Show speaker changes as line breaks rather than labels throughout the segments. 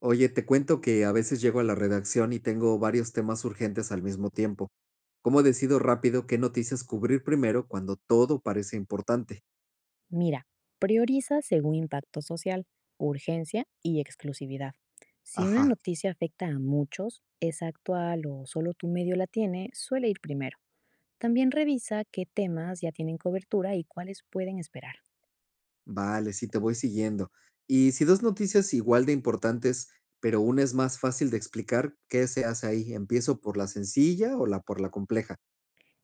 Oye, te cuento que a veces llego a la redacción y tengo varios temas urgentes al mismo tiempo. ¿Cómo decido rápido qué noticias cubrir primero cuando todo parece importante?
Mira, prioriza según impacto social, urgencia y exclusividad. Si una
Ajá,
noticia afecta a muchos, es actual o solo tu medio la tiene, suele ir primero. También revisa qué temas ya tienen cobertura y cuáles pueden esperar.
vale, sí te voy siguiendo. Y si dos noticias igual de importantes, pero una es más fácil de explicar, ¿qué se hace ahí? ¿Empiezo por la sencilla o la por la compleja?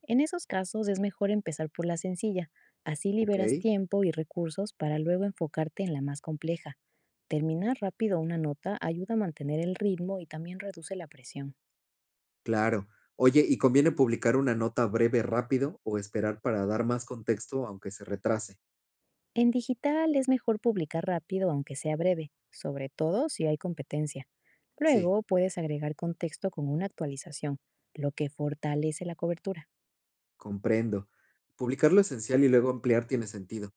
En esos casos es mejor empezar por la sencilla, así
Ok,
liberas tiempo y recursos para luego enfocarte en la más compleja. Terminar rápido una nota ayuda a mantener el ritmo y también reduce la presión.
claro. Oye, ¿y conviene publicar una nota breve rápido o esperar para dar más contexto aunque se retrase?
En digital es mejor publicar rápido aunque sea breve, sobre todo si hay competencia.
Sí.
Luego puedes agregar contexto con una actualización, lo que fortalece la cobertura.
Comprendo. Publicar lo esencial y luego ampliar tiene sentido.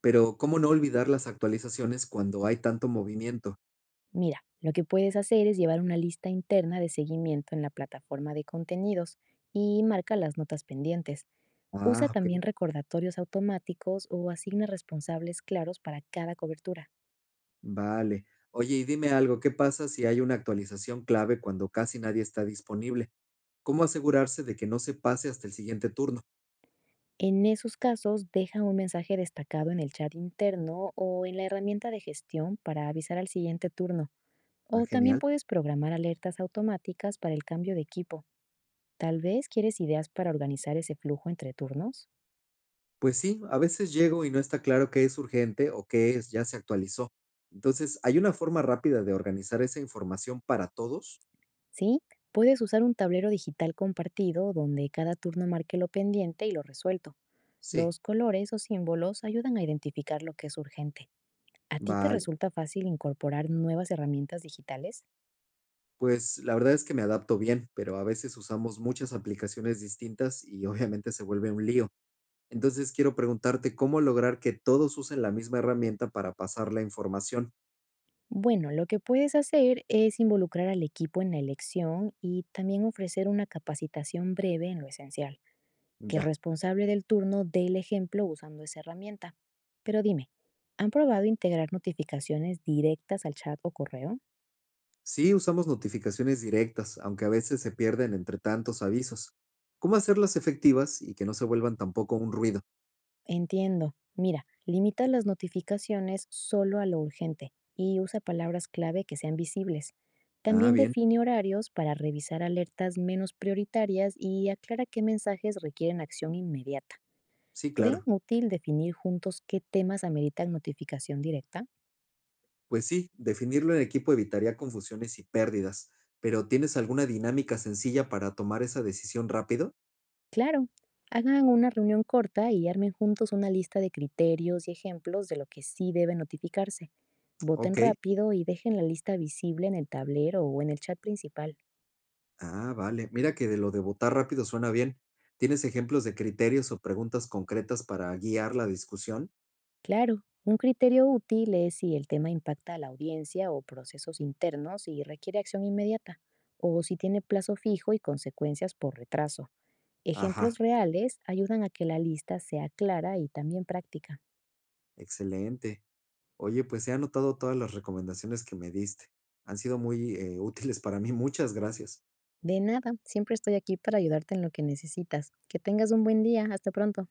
Pero, ¿cómo no olvidar las actualizaciones cuando hay tanto movimiento?
Mira, lo que puedes hacer es llevar una lista interna de seguimiento en la plataforma de contenidos y marca las notas pendientes.
Ah,
Usa
ok.
también recordatorios automáticos o asigna responsables claros para cada cobertura.
Vale. Oye, y dime algo, ¿qué pasa si hay una actualización clave cuando casi nadie está disponible? ¿Cómo asegurarse de que no se pase hasta el siguiente turno?
En esos casos, deja un mensaje destacado en el chat interno o en la herramienta de gestión para avisar al siguiente turno.
Ah,
O también
genial.
puedes programar alertas automáticas para el cambio de equipo. Tal vez quieres ideas para organizar ese flujo entre turnos.
Pues sí, a veces llego y no está claro qué es urgente o qué es ya se actualizó. Entonces, ¿hay una forma rápida de organizar esa información para todos?
Sí, puedes usar un tablero digital compartido donde cada turno marque lo pendiente y lo resuelto.
Sí.
Los colores o símbolos ayudan a identificar lo que es urgente. ¿A ti te
Vale.
resulta fácil incorporar nuevas herramientas digitales?
Pues la verdad es que me adapto bien, pero a veces usamos muchas aplicaciones distintas y obviamente se vuelve un lío. Entonces quiero preguntarte cómo lograr que todos usen la misma herramienta para pasar la información.
Bueno, lo que puedes hacer es involucrar al equipo en la elección y también ofrecer una capacitación breve en lo esencial, que el
Ya.
responsable del turno dé el ejemplo usando esa herramienta. Pero dime, ¿han probado integrar notificaciones directas al chat o correo?
Sí, usamos notificaciones directas, aunque a veces se pierden entre tantos avisos. ¿Cómo hacerlas efectivas y que no se vuelvan tampoco un ruido?
Entiendo. Mira, limita las notificaciones solo a lo urgente y usa palabras clave que sean visibles.
Ah,
También
bien.
define horarios para revisar alertas menos prioritarias y aclara qué mensajes requieren acción inmediata.
Sí,
¿Creen
claro.
útil definir juntos qué temas ameritan notificación directa?
Pues sí, definirlo en equipo evitaría confusiones y pérdidas. Pero ¿tienes alguna dinámica sencilla para tomar esa decisión rápido?
Claro, hagan una reunión corta y armen juntos una lista de criterios y ejemplos de lo que sí debe notificarse. Voten
Ok.
rápido y dejen la lista visible en el tablero o en el chat principal.
Ah, vale. Mira que de lo de votar rápido suena bien. ¿Tienes ejemplos de criterios o preguntas concretas para guiar la discusión?
Claro, un criterio útil es si el tema impacta a la audiencia o procesos internos y requiere acción inmediata, o si tiene plazo fijo y consecuencias por retraso. Ejemplos
Ajá,
reales ayudan a que la lista sea clara y también práctica.
excelente. Oye, pues he anotado todas las recomendaciones que me diste. Han sido muy útiles para mí. Muchas gracias.
De nada, siempre estoy aquí para ayudarte en lo que necesitas. Que tengas un buen día. Hasta pronto.